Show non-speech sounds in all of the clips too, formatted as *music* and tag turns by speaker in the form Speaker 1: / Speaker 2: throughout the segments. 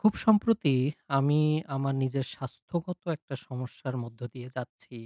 Speaker 1: খুব সম্প্রতি আমি আমার নিজের স্বাস্থ্যগত একটা সমস্যার মধ্য দিয়ে যাচ্ছি,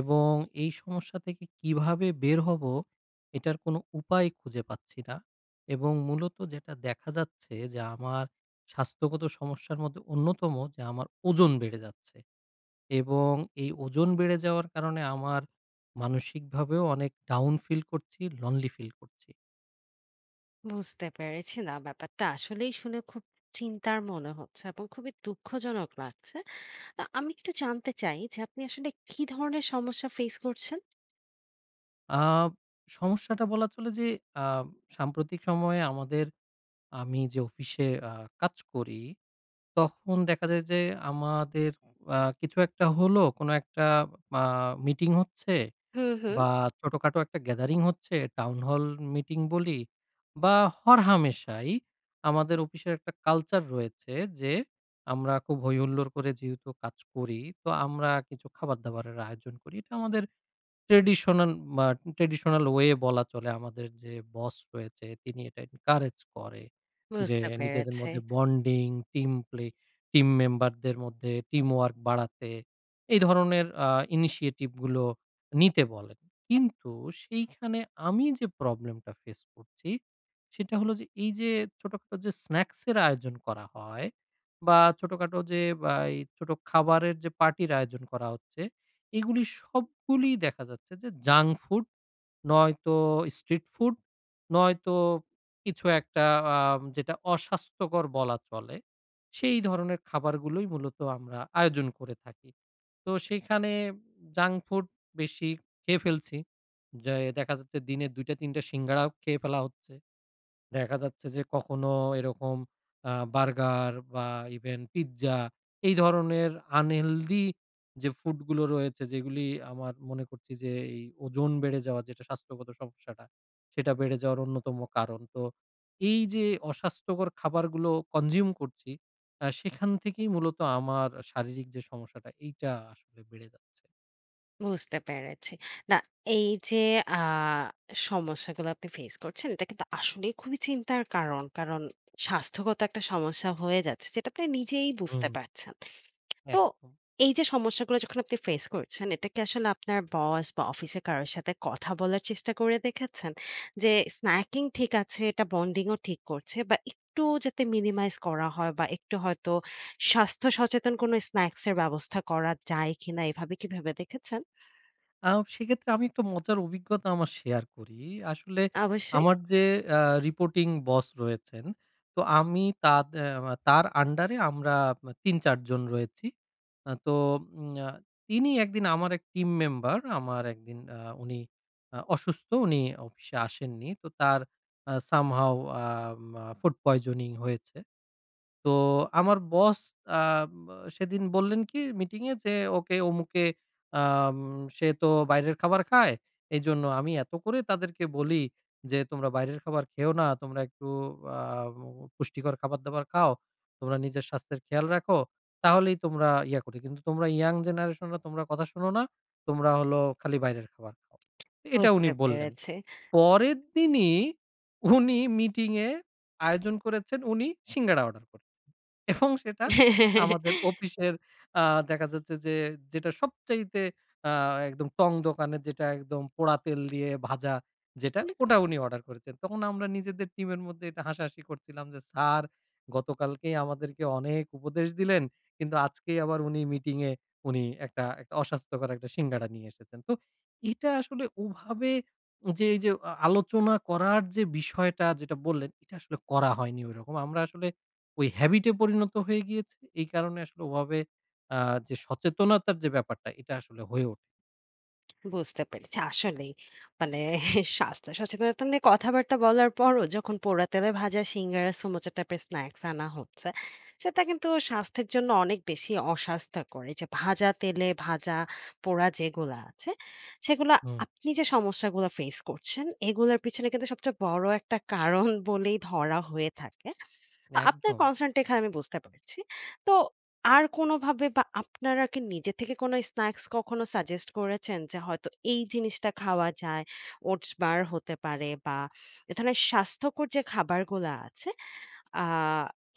Speaker 1: এবং এই সমস্যা থেকে কিভাবে বের হব এটার কোনো উপায় খুঁজে পাচ্ছি না। এবং মূলত যেটা দেখা যাচ্ছে যে আমার স্বাস্থ্যগত সমস্যার মধ্যে অন্যতম যে আমার ওজন বেড়ে যাচ্ছে, এবং এই ওজন বেড়ে যাওয়ার কারণে আমার মানসিকভাবেও অনেক ডাউন ফিল করছি, লনলি ফিল করছি।
Speaker 2: বুঝতে পেরেছি। না, ব্যাপারটা আসলেই শুনে খুব চিন্তার মনে হচ্ছে এবং খুবই দুঃখজনক লাগছে। আমি একটু জানতে চাই যে আপনি আসলে কি ধরনের সমস্যা ফেস করছেন?
Speaker 1: আহ, সমস্যাটা বলা চলে যে আহ, সাম্প্রতিক সময়ে আমাদের আমি যে অফিসে কাজ করি, তখন দেখা যায় যে আমাদের কিছু একটা হলো, কোনো একটা আ মিটিং হচ্ছে
Speaker 2: হুম, হুম।
Speaker 1: বা ছোটখাটো একটা গ্যাদারিং হচ্ছে, টাউন হল মিটিং বলি, বা হরহামেশাই আমাদের অফিসের একটা কালচার রয়েছে যে আমরা খুব হৈ হুল্লোড় করে যেহেতু কাজ করি, তো আমরা কিছু খাবার-দাবারের আয়োজন করি। এটা আমাদের ট্র্যাডিশনাল বা ট্র্যাডিশনাল ওয়ে বলা চলে। আমাদের যে বস রয়েছে তিনি এটা এনকারেজ করে, যে
Speaker 2: বুঝতে
Speaker 1: নিজেদের
Speaker 2: পেরেছি,
Speaker 1: মধ্যে বন্ডিং, টিম প্লে, টিম মেম্বারদের মধ্যে টিমওয়ার্ক বাড়াতে এই ধরনের ইনিশিয়েটিভ গুলো নিতে বলেন। কিন্তু সেইখানে আমি যে প্রবলেমটা ফেস করছি সেটা হলো যে, এই যে ছোটখাটো যে স্ন্যাকস এর আয়োজন করা হয় বা ছোটখাটো যে বা এই ছোট খাবারের যে পার্টির আয়োজন করা হচ্ছে, এগুলি সবগুলি দেখা যাচ্ছে যে জাঙ্ক ফুড, নয়তো স্ট্রিট ফুড, নয়তো কিছু একটা যেটা অস্বাস্থ্যকর বলা চলে, সেই ধরনের খাবারগুলোই মূলত আমরা আয়োজন করে থাকি। তো সেইখানে জাঙ্ক ফুড বেশি খেয়ে ফেলছি। যে দেখা যাচ্ছে দিনে ২ টা ৩ টা সিঙ্গাড়াও খেয়ে ফেলা হচ্ছে। দেখা যাচ্ছে যে কখনো এরকম বার্গার বা ইভেন পিজ্জা, এই ধরনের আনহেলদি যে ফুডগুলো রয়েছে যেগুলি, আমার মনে করছি যে এই ওজন বেড়ে যাওয়া যেটা স্বাস্থ্যগত সমস্যাটা, সেটা বেড়ে যাওয়ার অন্যতম কারণ। তো এই যে অস্বাস্থ্যকর খাবারগুলো কনজিউম করছি, সেখান থেকেই মূলত আমার শারীরিক যে সমস্যাটা এইটা আসলে বেড়ে যাচ্ছে।
Speaker 2: বুঝতে পেরেছি। না, এই যে আ সমস্যাগুলো আপনি ফেস করছেন, এটা কিন্তু আসলেই খুবই চিন্তার কারণ। কারণ স্বাস্থ্যগত একটা সমস্যা হয়ে যাচ্ছে, যেটা আপনি নিজেই
Speaker 1: হুম।
Speaker 2: বুঝতে পারছেন। তো
Speaker 1: একদম।
Speaker 2: এই যে সমস্যাগুলো যখন আপনি ফেস করছেন, এটা কি আসলে আপনার বস বা অফিসে কারো সাথে কথা বলার চেষ্টা করে দেখেছেন? যে স্ন্যাকিং ঠিক আছে, এটা বন্ডিং ও ঠিক করছে, বা একটু যাতে মিনিমাইজ করা হয় বা একটু হয়তো স্বাস্থ্য সচেতন কোনো স্ন্যাকস এর ব্যবস্থা করা যায় কিনা, এভাবে কি ভেবে দেখেছেন?
Speaker 1: আও, সেক্ষেত্রে আমি একটা মজার অভিজ্ঞতা আমার শেয়ার করি। আসলে
Speaker 2: অবশ্যই।
Speaker 1: আমার যে আ রিপোর্টিং বস রয়েছেন, তো আমি তাদ আ তার আন্ডারে আমরা ৩-৪ জন রয়েছি। তো উম আ তিনি একদিন আমার এক টিম মেম্বার আমার একদিন উনি অসুস্থ, উনি অফিসে আসেননি। তো তার সামহাউ আ ফুড পয়জনিং হয়েছে। তো আমার বস আ ব সেদিন বললেন কি মিটিংয়ে যে, "ওকে অমুকে আম সে তো বাইরের খাবার খায়। এইজন্য আমি এত করে তাদেরকে বলি যে, 'তোমরা বাইরের খাবার খেও না। তোমরা একটু আ পুষ্টিকর খাবার-দাবার খাও। তোমরা নিজের স্বাস্থ্যের খেয়াল রাখো। তাহলেই তোমরা ইয়া করে। কিন্তু তোমরা ইয়াং জেনারেশনরা তোমরা কথা শোনো না। তোমরা হলো খালি বাইরের খাবার খাও।'" এটা উনি
Speaker 2: বুঝতে
Speaker 1: বললেন।
Speaker 2: পেরেছি।
Speaker 1: পরের দিনই উনি মিটিংয়ে আয়োজন করেছেন, উনি সিঙ্গাড়া অর্ডার করেছেন, এবং সেটা আমাদের
Speaker 2: *laughs*
Speaker 1: অফিসের আ দেখা যাচ্ছে যে, যেটা সবচাইতে আ একদম টং দোকানে যেটা একদম পোড়া তেল দিয়ে ভাজা যেটা, ওটা উনি অর্ডার করেছেন। তখন আমরা নিজেদের টিমের মধ্যে এটা হাসাহাসি করছিলাম যে, "স্যার গতকালকেই আমাদেরকে অনেক উপদেশ দিলেন, কিন্তু আজকেই আবার উনি মিটিংয়ে উনি একটা অস্বাস্থ্যকর একটা সিঙ্গাড়া নিয়ে এসেছেন।" তো এটা আসলে ওভাবে, যে এই যে আলোচনা করার যে বিষয়টা যেটা বললেন, এটা আসলে করা হয়নি ওইরকম। আমরা আসলে ওই হ্যাবিট এ পরিণত হয়ে গিয়েছে। এই কারণে আসলে ওভাবে আ যে সচেতনতার যে ব্যাপারটা, এটা আসলে হয়ে ওঠে।
Speaker 2: বুঝতে পেরেছি। আসলেই মানে, স্বাস্থ্য সচেতনতা নিয়ে কথাবার্তা বলার পরও যখন পোড়া তেলে ভাজা সিঙ্গারা, সমোসা টাইপের স্ন্যাকস আনা হচ্ছে, সেটা কিন্তু স্বাস্থ্যের জন্য অনেক বেশি অস্বাস্থ্যকর। এই যে ভাজা তেলে ভাজা পোড়া যেগুলো আছে, সেগুলো
Speaker 1: হুম।
Speaker 2: আপনি যে সমস্যাগুলো ফেস করছেন, এগুলোর পিছনে কিন্তু সবচেয়ে বড় একটা কারণ বলেই ধরা হয়ে থাকে। আপনার
Speaker 1: একদম।
Speaker 2: কনসার্ন টা এখানে আমি বুঝতে পেরেছি। তো আর কোনোভাবে, বা আপনারা কি নিজে থেকে কোনো স্ন্যাক্স কখনো সাজেস্ট করেছেন? যে হয়তো এই জিনিসটা খাওয়া যায়, ওটস বার হতে পারে, বা এ ধরনের স্বাস্থ্যকর যে খাবারগুলা আছে, আ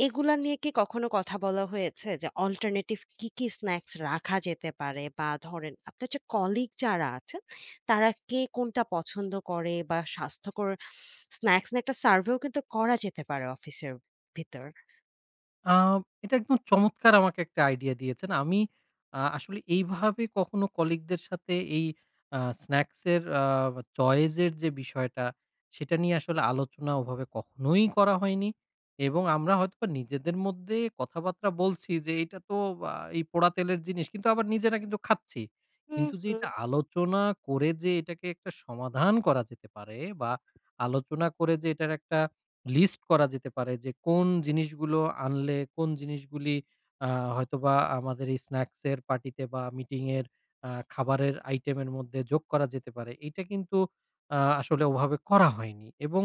Speaker 2: এগুলা নিয়ে কি কখনো কথা বলা হয়েছে? যে অল্টারনেটিভ কি, কি স্ন্যাক্স রাখা যেতে পারে? বা ধরেন আপনার যে কলিগ যারা আছেন, তারা কে কোনটা পছন্দ করে, বা স্বাস্থ্যকর স্ন্যাক্স নিয়ে একটা সার্ভেও কিন্তু করা যেতে পারে অফিসের ভিতর।
Speaker 1: আ এটা একদম চমৎকার আমাকে একটা আইডিয়া দিয়েছেন। আমি আসলে এইভাবে কখনো কলিগদের সাথে এই স্ন্যাকস এর চয়েস এর যে বিষয়টা, সেটা নিয়ে আসলে আলোচনা ওভাবে কখনোই করা হয়নি। এবং আমরা হয়তোবা নিজেদের মধ্যে কথাবার্তা বলছি যে, "এটা তো এই পোড়া তেলের জিনিস।" কিন্তু আবার নিজেরা কিন্তু খাচ্ছি।
Speaker 2: হুম,
Speaker 1: কিন্তু যে
Speaker 2: হুম।
Speaker 1: এটা আলোচনা করে যে এটাকে একটা সমাধান করা যেতে পারে, বা আলোচনা করে যে এটার একটা লিস্ট করা যেতে পারে যে কোন জিনিসগুলো আনলে কোন জিনিসগুলি আ হয়তোবা আমাদের এই স্ন্যাকস এর পার্টিতে বা মিটিং এর খাবারের আইটেমের মধ্যে যোগ করা যেতে পারে। এইটা কিন্তু আসলে ওভাবে করা হয়নি, এবং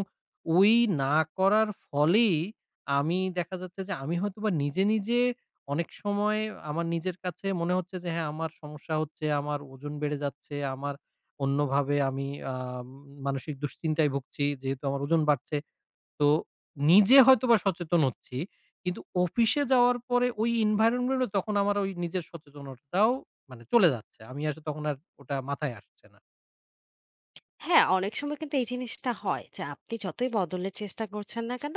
Speaker 1: ওই না করার ফলেই আমি দেখা যাচ্ছে যে আমি হয়তোবা নিজে অনেক সময় আমার নিজের কাছে মনে হচ্ছে যে হ্যাঁ, আমার সমস্যা হচ্ছে, আমার ওজন বেড়ে যাচ্ছে, আমার অন্যভাবে আমি মানসিক দুশ্চিন্তায় ভুগছি যেহেতু আমার ওজন বাড়ছে। তো নিজে হয়তোবা সচেতন হচ্ছি। কিন্তু অফিসে যাওয়ার পরে ওই environment এ তখন আমার ওই নিজের সচেতনতাও মানে চলে যাচ্ছে। আমি আসলে তখন আর ওটা মাথায় আসছে না।
Speaker 2: হ্যাঁ, অনেক সময় কিন্তু এই জিনিসটা হয় যে আপনি যতই বদলের চেষ্টা করছেন না কেন,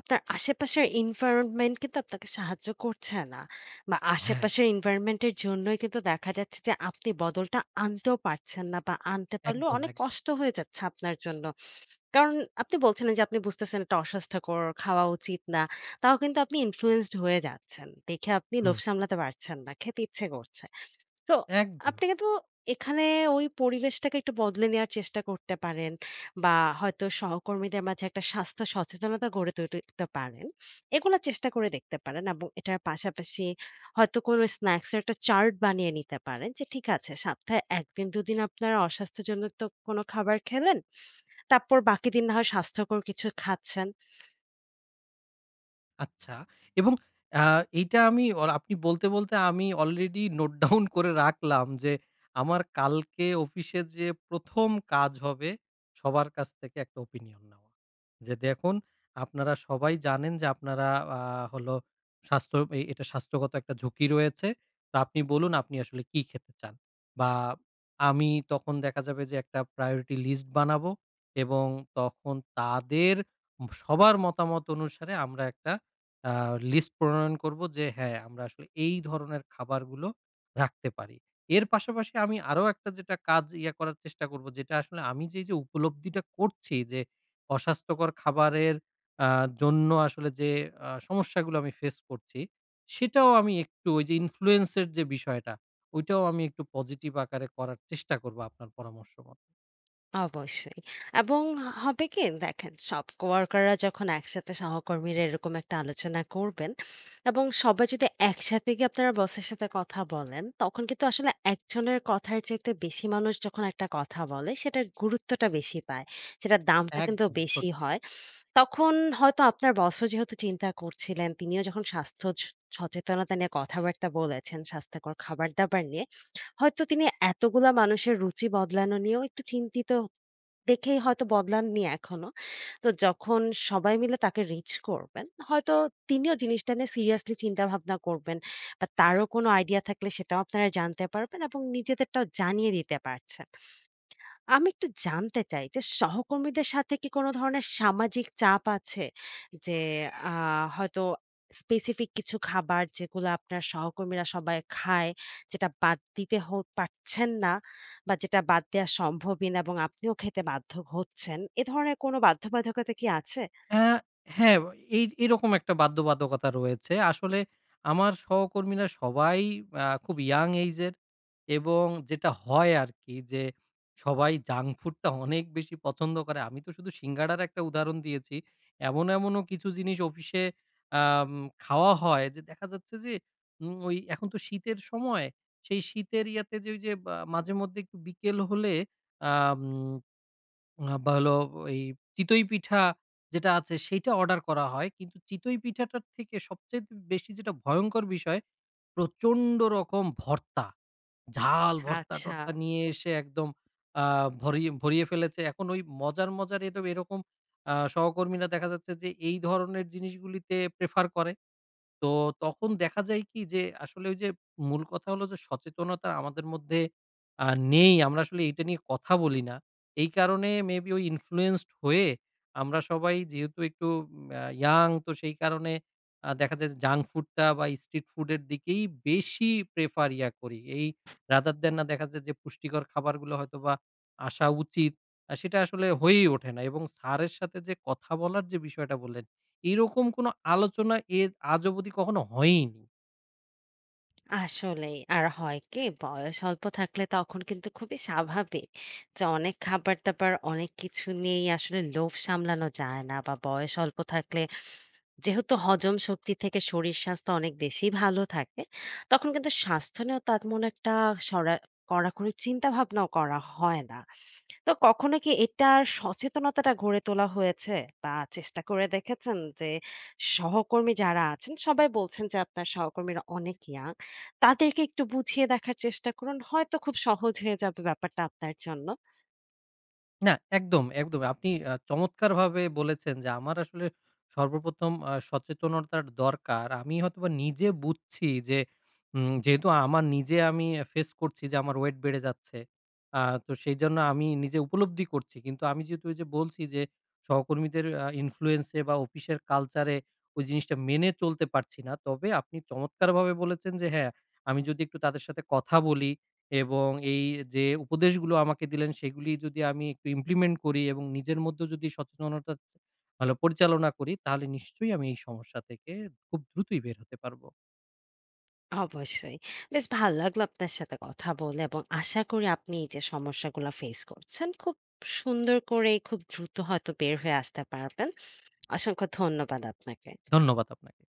Speaker 2: আপনার আশেপাশের environment কিন্তু আপনাকে সাহায্য করছে না। বা
Speaker 1: হ্যাঁ,
Speaker 2: আশেপাশের environment এর জন্যই কিন্তু দেখা যাচ্ছে যে আপনি বদলটা আনতেও পারছেন না, বা আনতে পারলেও
Speaker 1: একদম,
Speaker 2: অনেক
Speaker 1: একদম।
Speaker 2: কষ্ট হয়ে যাচ্ছে আপনার জন্য। কারণ আপনি বলছিলেন যে আপনি বুঝতেছেন এটা অস্বাস্থ্যকর, খাওয়া উচিত না। তাও কিন্তু আপনি influenced হয়ে যাচ্ছেন। দেখে আপনি লোভ
Speaker 1: হুম,
Speaker 2: সামলাতে পারছেন না। খেতে ইচ্ছে করছে। তো
Speaker 1: একদম।
Speaker 2: আপনি কিন্তু এখানে ওই পরিবেশটাকে একটু বদলে নেওয়ার চেষ্টা করতে পারেন, বা হয়তো সহকর্মীদের মাঝে একটা স্বাস্থ্য সচেতনতা গড়ে তুলতে পারেন। এগুলা চেষ্টা করে দেখতে পারেন এবং এটার পাশাপাশি হয়তো কোনো স্ন্যাকস এর একটা চার্ট বানিয়ে নিতে পারেন যে, ঠিক আছে, সপ্তাহে ১ দিন ২ দিন আপনারা অস্বাস্থ্যজনিত কোনো খাবার খেলেন। তারপর বাকি দিন না হয় স্বাস্থ্যকর কিছু খাচ্ছেন।
Speaker 1: আচ্ছা, এবং আ এইটা আমি অর আপনি বলতে আমি অলরেডি নোট ডাউন করে রাখলাম যে আমার কালকে অফিসে যে ১ম কাজ হবে সবার কাছ থেকে একটা ওপিনিয়ন নেওয়া। যে দেখুন আপনারা সবাই জানেন যে আপনারা আ হলো স্বাস্থ্য এ এটা স্বাস্থ্যগত একটা ঝুঁকি রয়েছে। তো আপনি বলুন আপনি আসলে কি খেতে চান? বা আমি তখন দেখা যাবে যে একটা প্রায়োরিটি লিস্ট বানাবো, এবং তখন তাদের সবার মতামত অনুসারে আমরা একটা আ লিস্ট প্রণয়ন করব যে হ্যাঁ, আমরা আসলে এই ধরনের খাবারগুলো রাখতে পারি। এর পাশাপাশি আমি আরো একটা যেটা কাজ ইয়া করার চেষ্টা করব, যেটা আসলে আমি যে উপলব্ধিটা করছি যে অস্বাস্থ্যকর খাবারের আ জন্য আসলে যে সমস্যাগুলো আমি ফেস করছি, সেটাও আমি একটু ওই যে ইনফ্লুয়েন্স এর যে বিষয়টা, ওইটাও আমি একটু পজিটিভ আকারে করার চেষ্টা করব আপনার পরামর্শ মতো।
Speaker 2: অবশ্যই। এবং হবে কি? দেখেন, সব কোয়ার্কাররা যখন একসাথে সহকর্মীরা এরকম একটা আলোচনা করবেন এবং সবাই যদি একসাথে গিয়ে আপনারা বসের সাথে কথা বলেন, তখন কিন্তু আসলে একজনের কথার চাইতে বেশি মানুষ যখন একটা কথা বলে, সেটার গুরুত্বটা বেশি পায়। সেটার দামটা কিন্তু
Speaker 1: একদম ছোট।
Speaker 2: বেশি হয়। তখন হয়তো আপনার বসও, যেহেতু চিন্তা করছিলেন, তিনিও যখন স্বাস্থ্য সচেতনতা নিয়ে কথাবার্তা বলেছেন, স্বাস্থ্যকর খাবার-দাবার নিয়ে, হয়তো তিনি এতগুলা মানুষের রুচি বদলানো নিয়েও একটু চিন্তিত দেখেই হয়তো বদলাননি এখনো। তো যখন সবাই মিলে তাকে রিচ করবেন, হয়তো তিনিও জিনিসটা নিয়ে সিরিয়াসলি চিন্তাভাবনা করবেন, বা তারও কোনো আইডিয়া থাকলে সেটাও আপনারা জানতে পারবেন এবং নিজেদেরটাও জানিয়ে দিতে পারছেন। আমি একটু জানতে চাই যে সহকর্মীদের সাথে কি কোনো ধরনের সামাজিক চাপ আছে? যে আ হয়তো স্পেসিফিক কিছু খাবার যেগুলা আপনার সহকর্মীরা সবাই খায়, যেটা বাদ দিতে পারছেন না, বা যেটা বাদ দেয়া সম্ভবই না এবং আপনিও খেতে বাধ্য হচ্ছেন। এ ধরনের কোনো বাধ্যবাধকতা কি আছে?
Speaker 1: আ হ্যাঁ, এই এরকম একটা বাধ্যবাধকতা রয়েছে। আসলে আমার সহকর্মীরা সবাই খুব ইয়াং এইজ এর, এবং যেটা হয় আরকি যে সবাই জাঙ্ক ফুডটা অনেক বেশি পছন্দ করে। আমি তো শুধু সিঙ্গাড়ার একটা উদাহরণ দিয়েছি। এমনও কিছু জিনিস অফিসে আম খাওয়া হয় যে দেখা যাচ্ছে যে ওই এখন তো শীতের সময়, সেই শীতের ইয়াতে যে ওই যে বা মাঝেমধ্যে একটু বিকেল হলে আম আ বা হলো এই চিতই পিঠা যেটা আছে সেইটা অর্ডার করা হয়। কিন্তু চিতই পিঠাটার থেকে সবচাইতে বেশি যেটা ভয়ংকর বিষয় প্রচন্ড রকম ভর্তা। ঝাল
Speaker 2: আচ্ছা।
Speaker 1: ভর্তা-টর্তা নিয়ে এসে একদম আ ভরিয়ে ভরিয়ে ফেলেছে। এখন ওই মজার এরকম সহকর্মীরা দেখা যাচ্ছে যে এই ধরনের জিনিসগুলিতে প্রেফার করে। তো তখন দেখা যায় কি যে আসলে ওই যে মূল কথা হলো যে সচেতনতা আমাদের মধ্যে আ নেই। আমরা আসলে এইটা নিয়ে কথা বলি না। এই কারণে মেবি ওই ইনফ্লুয়েন্সড হয়ে আমরা সবাই যেহেতু একটু ইয়াং, তো সেই কারণে দেখা যায় যে জাঙ্ক ফুডটা বা স্ট্রিট ফুডের দিকেই বেশি প্রেফার ইয়া করি। এই রাদার দ্যান না দেখা যায় যে পুষ্টিকর খাবারগুলো হয়তোবা আসা উচিত, সেটা আসলে হয়েই ওঠে না। এবং স্যারের সাথে যে কথা বলার যে বিষয়টা বললেন, এরকম কোনো আলোচনা এর আজ অবধি কখনো হয়ইনি।
Speaker 2: আসলেই। আর হয় কি, বয়স অল্প থাকলে তখন কিন্তু খুবই স্বাভাবিক যে অনেক খাবার-দাবার অনেক কিছু নিয়েই আসলে লোভ সামলানো যায় না, বা বয়স অল্প থাকলে যেহেতু হজম শক্তি থেকে শরীর স্বাস্থ্য অনেক বেশি ভালো থাকে, তখন কিন্তু স্বাস্থ্য নিয়েও তেমন একটা সরা কড়াকড়ি চিন্তা ভাবনাও করা হয় না। তো কখনো কি এটার সচেতনতাটা গড়ে তোলা হয়েছে? বা চেষ্টা করে দেখেছেন? যে সহকর্মী যারা আছেন সবাই বলছেন যে আপনার সহকর্মীরা অনেক ইয়াং। তাদেরকে একটু বুঝিয়ে দেখার চেষ্টা করুন। হয়তো খুব সহজ হয়ে যাবে ব্যাপারটা আপনার জন্য।
Speaker 1: না, একদম, একদম। আপনি চমৎকারভাবে বলেছেন যে, আমার আসলে সর্বপ্রথম সচেতনতার দরকার। আমি হয়তোবা নিজে বুঝছি যে, যেহেতু আমার নিজে আমি ফেস করছি যে, আমার ওয়েট বেড়ে যাচ্ছে। আ তো সেইজন্য আমি নিজে উপলব্ধি করছি। কিন্তু আমি যেহেতু ওইযে বলছি যে, সহকর্মীদের ইনফ্লুয়েন্স এ বা অফিসের কালচারে ওই জিনিসটা মেনে চলতে পারছি না। তবে আপনি চমৎকারভাবে বলেছেন যে, হ্যাঁ, আমি যদি একটু তাদের সাথে কথা বলি এবং এই যে উপদেশগুলো আমাকে দিলেন সেগুলি যদি আমি একটু ইমপ্লিমেন্ট করি এবং নিজের মধ্যেও যদি সচেতনতা ভালো পরিচালনা করি তাহলে নিশ্চয়ই আমি এই সমস্যা থেকে খুব দ্রুতই বের হতে পারবো।
Speaker 2: অবশ্যই। বেশ ভাল লাগলো আপনার সাথে কথা বলে এবং আশা করি আপনি এই যে সমস্যাগুলা ফেস করছেন, খুব সুন্দর করে খুব দ্রুত হয়তো বের হয়ে আসতে পারবেন। অসংখ্য ধন্যবাদ আপনাকে।
Speaker 1: ধন্যবাদ আপনাকে।